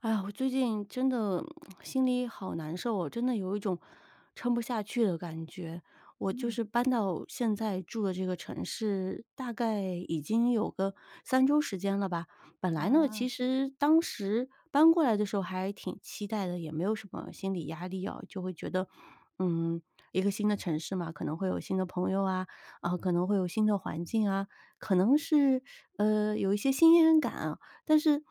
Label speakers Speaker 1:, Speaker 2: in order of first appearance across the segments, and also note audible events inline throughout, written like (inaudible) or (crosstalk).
Speaker 1: 哎呀，我最近真的心里好难受哦，真的有一种撑不下去的感觉。我就
Speaker 2: 嗯，
Speaker 1: 是搬到现在住的这个城市，大概已经有个三周时间了吧。本来呢，
Speaker 2: 啊，
Speaker 1: 其实当时搬过来的时候还挺期待的，也没有什么心理压力哦，就会觉得，嗯，一个新的城市嘛，可能会有新的朋友啊，啊、可能会有新的环境啊，可能是有一些新鲜感啊。但是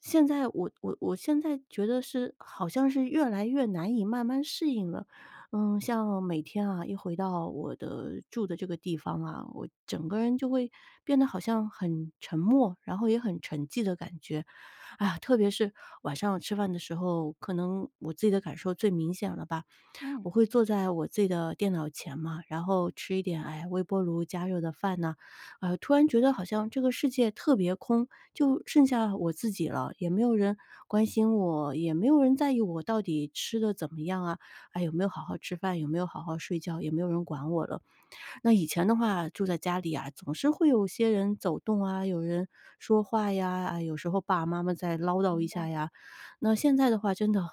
Speaker 1: 现在我现在觉得是好像是越来越难以慢慢适应了。嗯，像每天啊，一回到我的住的这个地方啊，我整个人就会变得好像很沉默，然后也很沉寂的感觉。啊，特别是晚上吃饭的时候，可能我自己的感受最明显了吧。
Speaker 2: 嗯，
Speaker 1: 我会坐在我自己的电脑前嘛，然后吃一点，哎，微波炉加热的饭呐，突然觉得好像这个世界特别空，就剩下我自己了，也没有人关心我，也没有人在意我到底吃的怎么样啊，哎，有没有好好吃饭，有没有好好睡觉，也没有人管我了。那以前的话，住在家里啊，总是会有些人走动啊，有人说话呀，啊，有时候爸爸妈妈再唠叨一
Speaker 2: 明
Speaker 1: 下
Speaker 2: 白，
Speaker 1: 呀。那现在的话，真的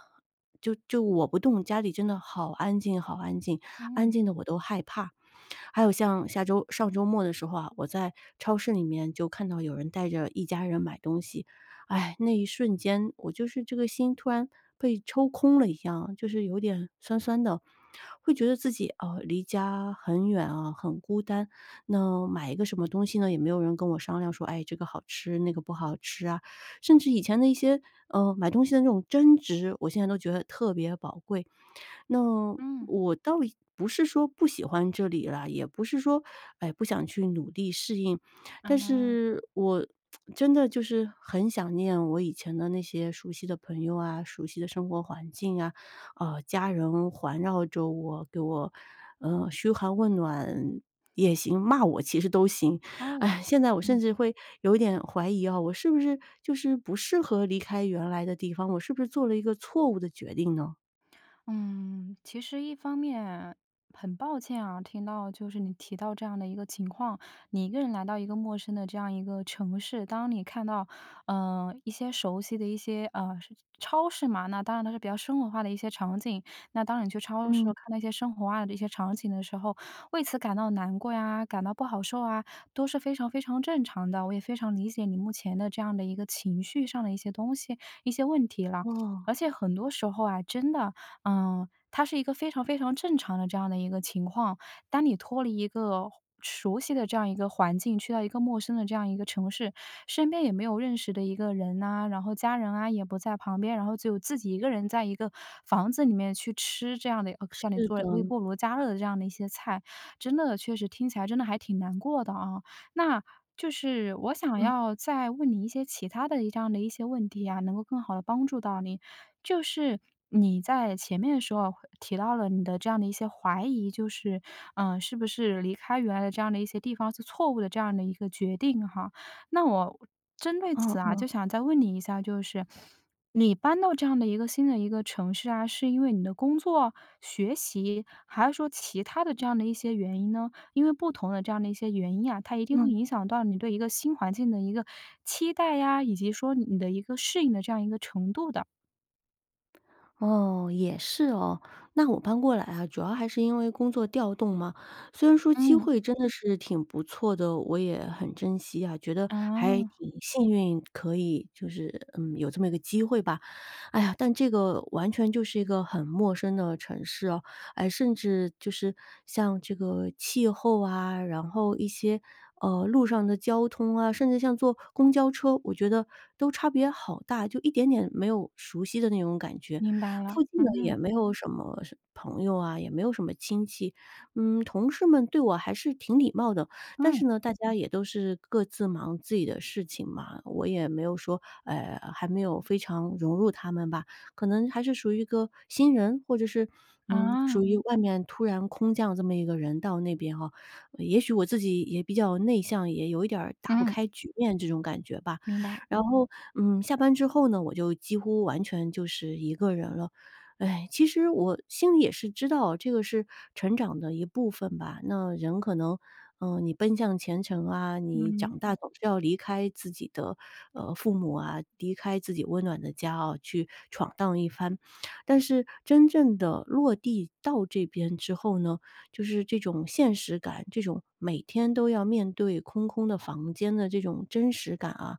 Speaker 1: 就我不动，家里真的好安静，好安静，安
Speaker 2: 嗯，
Speaker 1: 静的我都害怕。还有像下周上周末的时候啊，我在超市里面就看到有人带着一家人买东西，哎，那一瞬间我就是这个心突然被抽空了一样，就是有点酸酸的，会觉得自己哦、离家很远啊，很孤单。那买一个什么东西呢，也没有人跟我商量说，哎，这个好吃，那个不好吃啊。甚至以前的一些买东西的那种争执，我现在都觉得特别宝贵。那
Speaker 2: 嗯，
Speaker 1: 我倒也不是说不喜欢这里啦，也不是说，哎，不想去努力适应，但
Speaker 2: 啊，
Speaker 1: 是我真的就是很想念我以前的那些熟悉的朋友啊，熟悉的生活环境啊，家人环绕着我，给我，嘘寒问暖也行，骂我其实都行。
Speaker 2: 哦。
Speaker 1: 哎，现在我
Speaker 2: (laughs)
Speaker 1: 甚
Speaker 2: 嗯。
Speaker 1: 至会有一点怀疑啊，我是不是就是不适合离开原来的地方，我是不是做了一个错误的决定呢？
Speaker 2: 嗯，其实一方面很抱歉啊，听到就是你提到这样的一个情况，你一个人来到一个陌生的这样一个城市，当你看到，一些熟悉的一些是超市嘛，那当然它是比较生活化的一些场景。那当你去超市
Speaker 1: 嗯。
Speaker 2: 看那些生活化的一些场景的时候，为此感到难过呀，感到不好受啊，都是非常非常正常的。我也非常理解你目前的这样的一个情绪上的一些东西、一些问题了。
Speaker 1: 哦。
Speaker 2: 而且很多时候啊，真的，它是一个非常非常正常的这样的一个情况。当你脱离一个熟悉的这样一个环境，去到一个陌生的这样一个城市，身边也没有认识的一个人呐、然后家人啊也不在旁边，然后只有自己一个人在一个房子里面去吃这样的，像你
Speaker 1: 是
Speaker 2: 做的
Speaker 1: 的，
Speaker 2: 微
Speaker 1: 嗯
Speaker 2: 波炉加热的这样的一些菜，真的确实听起来真的还挺难过的啊。那就是我想要再问你一些其他的这样的一些问题啊，能够更好的帮助到你。就是你在前面的时候提到了你的这样的一些怀疑，就是，是不是离开原来的这样的一些地方是错误的这样的一个决定哈。那我针对此
Speaker 1: 嗯
Speaker 2: 啊，
Speaker 1: 嗯。
Speaker 2: 就想再问你一下，就是你搬到这样的一个新的一个城市啊，是因为你的工作、学习，还是说其他的这样的一些原因呢？因为不同的这样的一些原因啊，它一定会
Speaker 1: 嗯。
Speaker 2: 影响到你对一个新环境的一个期待呀，以及说你的一个适应的这样一个程度的。
Speaker 1: 哦，也是哦。那我搬过来啊，主要还是因为工作调动嘛。虽然说机
Speaker 2: 嗯。
Speaker 1: 会真的是挺不错的，我也很珍惜啊，觉得还
Speaker 2: 啊，
Speaker 1: 挺幸运，可以就是嗯有这么一个机会吧。哎呀，但这个完全就是一个很陌生的城市哦，哎，甚至就是像这个气候啊，然后一些路上的交通啊，甚至像坐公交车，我觉得都差别好大，就一点点没有熟悉的那种感觉。
Speaker 2: 明白了，
Speaker 1: 附近呢
Speaker 2: 嗯，
Speaker 1: 也没有什么是朋友啊，也没有什么亲戚。嗯，同事们对我还是挺礼貌的，但
Speaker 2: 嗯，
Speaker 1: 是呢，大家也都是各自忙自己的事情嘛，我也没有说，还没有非常融入他们吧，可能还是属于一个新人，或者是，嗯，
Speaker 2: 啊，
Speaker 1: 属于外面突然空降这么一个人到那边哈。也许我自己也比较内向，也有一点儿打不
Speaker 2: 嗯，
Speaker 1: 开局面这种感觉吧。
Speaker 2: 明白，
Speaker 1: 然后，嗯，下班之后呢，我就几乎完全就是一个人了。哎，其实我心里也是知道，这个是成长的一部分吧。那人可能，嗯，你奔向前程啊，你
Speaker 2: 嗯，
Speaker 1: 长大总是要离开自己的，父母啊，离开自己温暖的家啊，去闯荡一番。但是真正的落地到这边之后呢，就是这种现实感，这种每天都要面对空空的房间的这种真实感啊，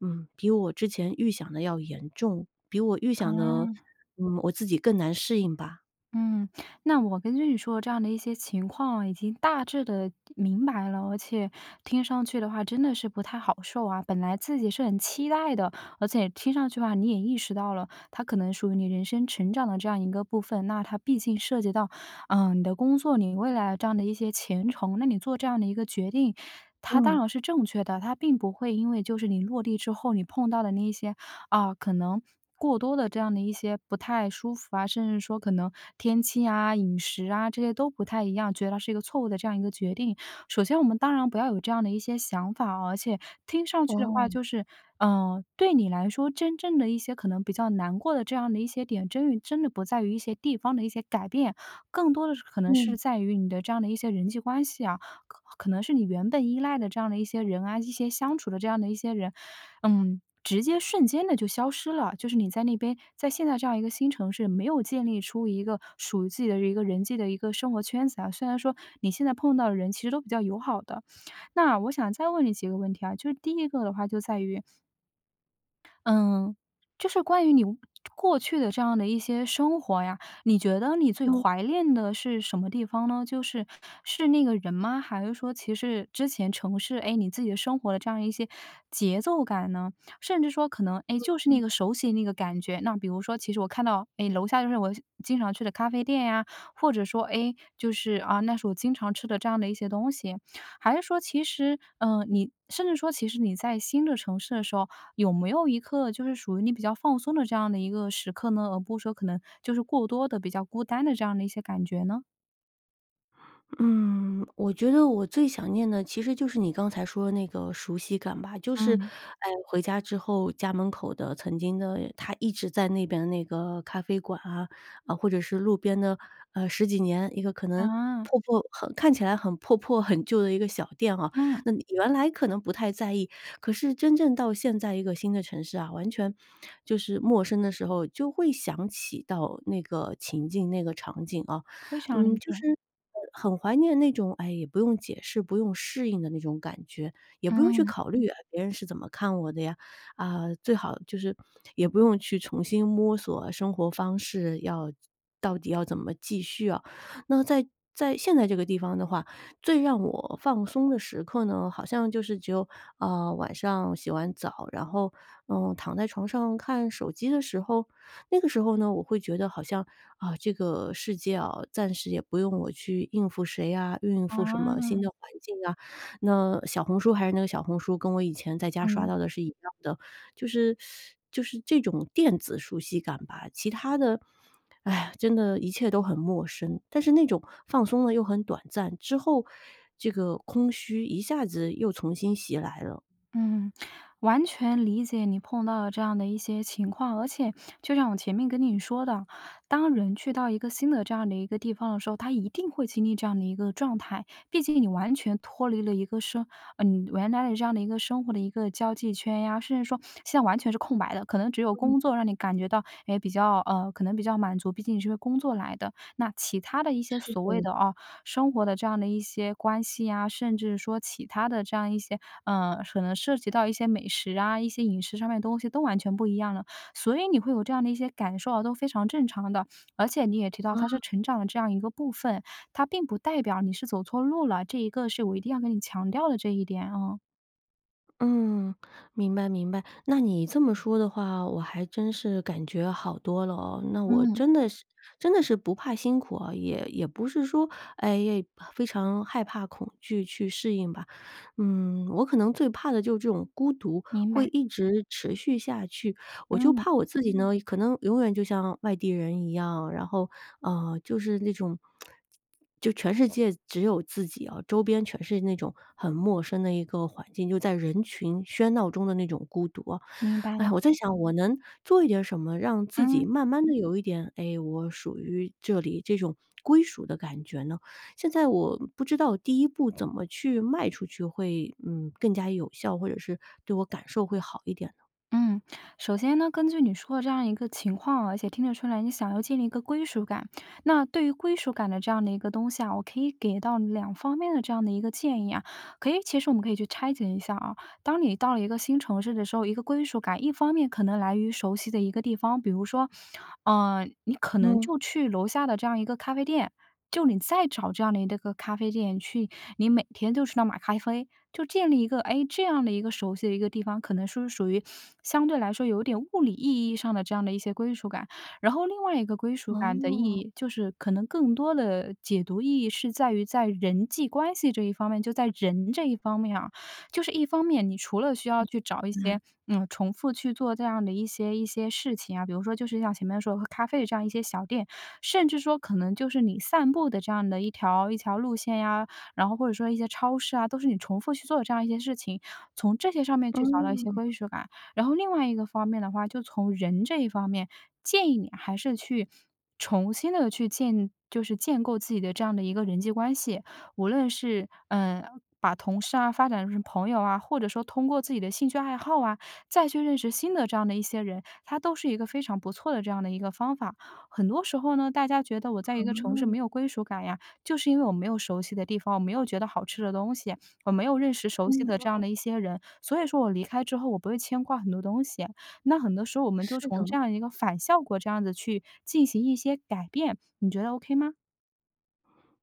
Speaker 1: 嗯，比我之前预想的要严重，比我预想的，
Speaker 2: 啊。
Speaker 1: 嗯，我自己更难适应吧。
Speaker 2: 嗯，那我根据你说的这样的一些情况，已经大致的明白了，而且听上去的话真的是不太好受啊。本来自己是很期待的，而且听上去的话你也意识到了，它可能属于你人生成长的这样一个部分。那它毕竟涉及到，你的工作，你未来这样的一些前程，那你做这样的一个决定，它当
Speaker 1: 嗯，
Speaker 2: 然是正确的，它并不会因为就是你落地之后，你碰到的那一些啊，可能过多的这样的一些不太舒服啊，甚至说可能天气啊、饮食啊这些都不太一样，觉得它是一个错误的这样一个决定。首先我们当然不要有这样的一些想法哦而且听上去的话
Speaker 1: 哦，
Speaker 2: 就是，对你来说真正的一些可能比较难过的这样的一些点，真的不在于一些地方的一些改变，更多的是可能是
Speaker 1: 嗯，
Speaker 2: 在于你的这样的一些人际关系啊，可能是你原本依赖的这样的一些人啊，一些相处的这样的一些人，直接瞬间的就消失了。就是你在那边在现在这样一个新城市，没有建立出一个属于自己的一个人际的一个生活圈子啊，虽然说你现在碰到的人其实都比较友好的。那我想再问你几个问题啊，就是第一个的话就在于，嗯，就是关于你过去的这样的一些生活呀，你觉得你最
Speaker 1: 嗯。
Speaker 2: 怀念的是什么地方呢？就是是那个人吗？还是说其实之前城市，哎，你自己的生活的这样一些节奏感呢？甚至说可能，哎，就是那
Speaker 1: 嗯。
Speaker 2: 个熟悉那个感觉。那比如说，其实我看到，哎，楼下就是我经常去的咖啡店呀，或者说，哎，就是啊，那是我经常吃的这样的一些东西。还是说，其实，你甚至说，其实你在新的城市的时候，有没有一刻就是属于你比较放松的这样的一个时刻呢？而不是说可能就是过多的比较孤单的这样的一些感觉呢？
Speaker 1: 嗯，我觉得我最想念的其实就是你刚才说的那个熟悉感吧，就是，
Speaker 2: 嗯。
Speaker 1: 哎，回家之后家门口的曾经的他一直在那边的那个咖啡馆啊，啊，或者是路边的，十几年一个可能
Speaker 2: 啊，
Speaker 1: 破破很看起来很破破很旧的一个小店啊，
Speaker 2: 嗯，
Speaker 1: 那你原来可能不太在意，可是真正到现在一个新的城市啊，完全就是陌生的时候，就会想起到那个情境、那个场景啊。
Speaker 2: 非常
Speaker 1: 嗯，
Speaker 2: 理
Speaker 1: 就
Speaker 2: 解，
Speaker 1: 是，很怀念那种，哎，也不用解释、不用适应的那种感觉，也不用去
Speaker 2: 嗯，
Speaker 1: 考虑，哎，别人是怎么看我的呀，啊，最好就是也不用去重新摸索生活方式到底要怎么继续啊。那在在现在这个地方的话，最让我放松的时刻呢，好像就是只有，啊，晚上洗完澡，然后，嗯，躺在床上看手机的时候，那个时候呢，我会觉得好像啊，这个世界啊，暂时也不用我去应付谁啊，应
Speaker 2: 啊，
Speaker 1: 付什么新的环境啊。那小红书还是那个小红书，跟我以前在家刷
Speaker 2: 嗯。
Speaker 1: 到的是一样的，就是就是这种电子熟悉感吧。其他的，哎呀，真的，一切都很陌生。但是那种放松了又很短暂，之后这个空虚一下子又重新袭来了。
Speaker 2: 嗯，完全理解你碰到的这样的一些情况，而且就像我前面跟你说的，当人去到一个新的这样的一个地方的时候，他一定会经历这样的一个状态。毕竟你完全脱离了一个生，嗯、你原来的这样的一个生活的一个交际圈呀，甚至说现在完全是空白的，可能只有工作让你感觉到，哎，比较可能比较满足，毕竟你是为工作来的。那其他的一些所谓
Speaker 1: 对
Speaker 2: 的啊，生活的这样的一些关系呀，甚至说其他的这样一些可能涉及到一些美食啊，一些饮食上面的东西都完全不一样了，所以你会有这样的一些感受啊，都非常正常的。而且你也提到它是成长的这样一个部分，它并不代表你是走错路了，这一个是我一定要跟你强调的这一点啊。
Speaker 1: 嗯，明白明白。那你这么说的话，我还真是感觉好多了哦。那我
Speaker 2: 嗯，
Speaker 1: 真的是真的是不怕辛苦啊，也不是说，哎，非常害怕恐惧去适应吧。嗯，我可能最怕的就是这种孤独
Speaker 2: 明
Speaker 1: 会
Speaker 2: 白，
Speaker 1: 一直持续下去，我就
Speaker 2: 嗯，
Speaker 1: 怕我自己呢，可能永远就像外地人一样，然后，就是那种就全世界只有自己啊，周边全是那种很陌生的一个环境，就在人群喧闹中的那种孤独啊。
Speaker 2: 明白
Speaker 1: 哎
Speaker 2: 了，
Speaker 1: 呀，我在想我能做一点什么，让自己
Speaker 2: 嗯。
Speaker 1: 慢慢的有一点，哎，我属于这里这种归属的感觉呢？现在我不知道第一步怎么去迈出去会，嗯，更加有效，或者是对我感受会好一点呢？
Speaker 2: 嗯，首先呢，根据你说的这样一个情况啊而且听得出来你想要建立一个归属感。那对于归属感的这样的一个东西啊，我可以给到两方面的这样的一个建议啊。可以，其实我们可以去拆解一下啊。当你到了一个新城市的时候，一个归属感，一方面可能来于熟悉的一个地方，比如说，你可能
Speaker 1: 嗯。
Speaker 2: 就去楼下的这样一个咖啡店，就你再找这样的一个咖啡店去，你每天就去那买咖啡，就建立一个，哎，这样的一个熟悉的一个地方，可能是属于相对来说有点物理意义上的这样的一些归属感。然后另外一个归属感的意
Speaker 1: 哦。
Speaker 2: 义，就是可能更多的解读意义是在于在人际关系这一方面，就在人这一方面啊。就是一方面，你除了需要去找一些，
Speaker 1: 嗯，
Speaker 2: 重复去做这样的一些事情啊，比如说就是像前面说喝咖啡的这样一些小店，甚至说可能就是你散步的这样的一条一条路线呀，然后或者说一些超市啊，都是你重复去做的这样一些事情，从这些上面去找到一些
Speaker 1: 嗯
Speaker 2: 归属感。然后另外一个方面的话，就从人这一方面，建议你还是去重新的去建，就是建构自己的这样的一个人际关系。无论是，把同事啊发展成朋友啊，或者说通过自己的兴趣爱好啊，再去认识新的这样的一些人，它都是一个非常不错的这样的一个方法。很多时候呢，大家觉得我在一个城市没有归属感呀，就是因为我没有熟悉的地方，我没有觉得好吃的东西，我没有认识熟悉的这
Speaker 1: 嗯，
Speaker 2: 样的一些人，所以说我离开之后我不会牵挂很多东西。那很多时候我们就
Speaker 1: 是
Speaker 2: 从
Speaker 1: 的。
Speaker 2: 这样一个反效果这样子去进行一些改变，你觉得 OK 吗？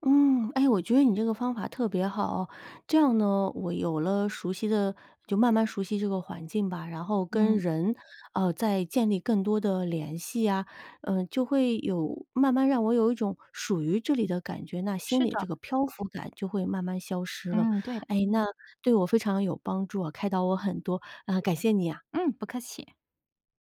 Speaker 1: 嗯，哎，我觉得你这个方法特别好。这样呢，我有了熟悉的就慢慢熟悉这个环境吧，然后跟
Speaker 2: 嗯，
Speaker 1: 人，再建立更多的联系啊，嗯、就会有慢慢让我有一种属于这里的感觉，那心
Speaker 2: 是
Speaker 1: 里
Speaker 2: 的，
Speaker 1: 这个漂浮感就会慢慢消失了。
Speaker 2: 嗯，对的。
Speaker 1: 哎，那对我非常有帮助啊，开导我很多啊、感谢你啊。
Speaker 2: 嗯，不客气。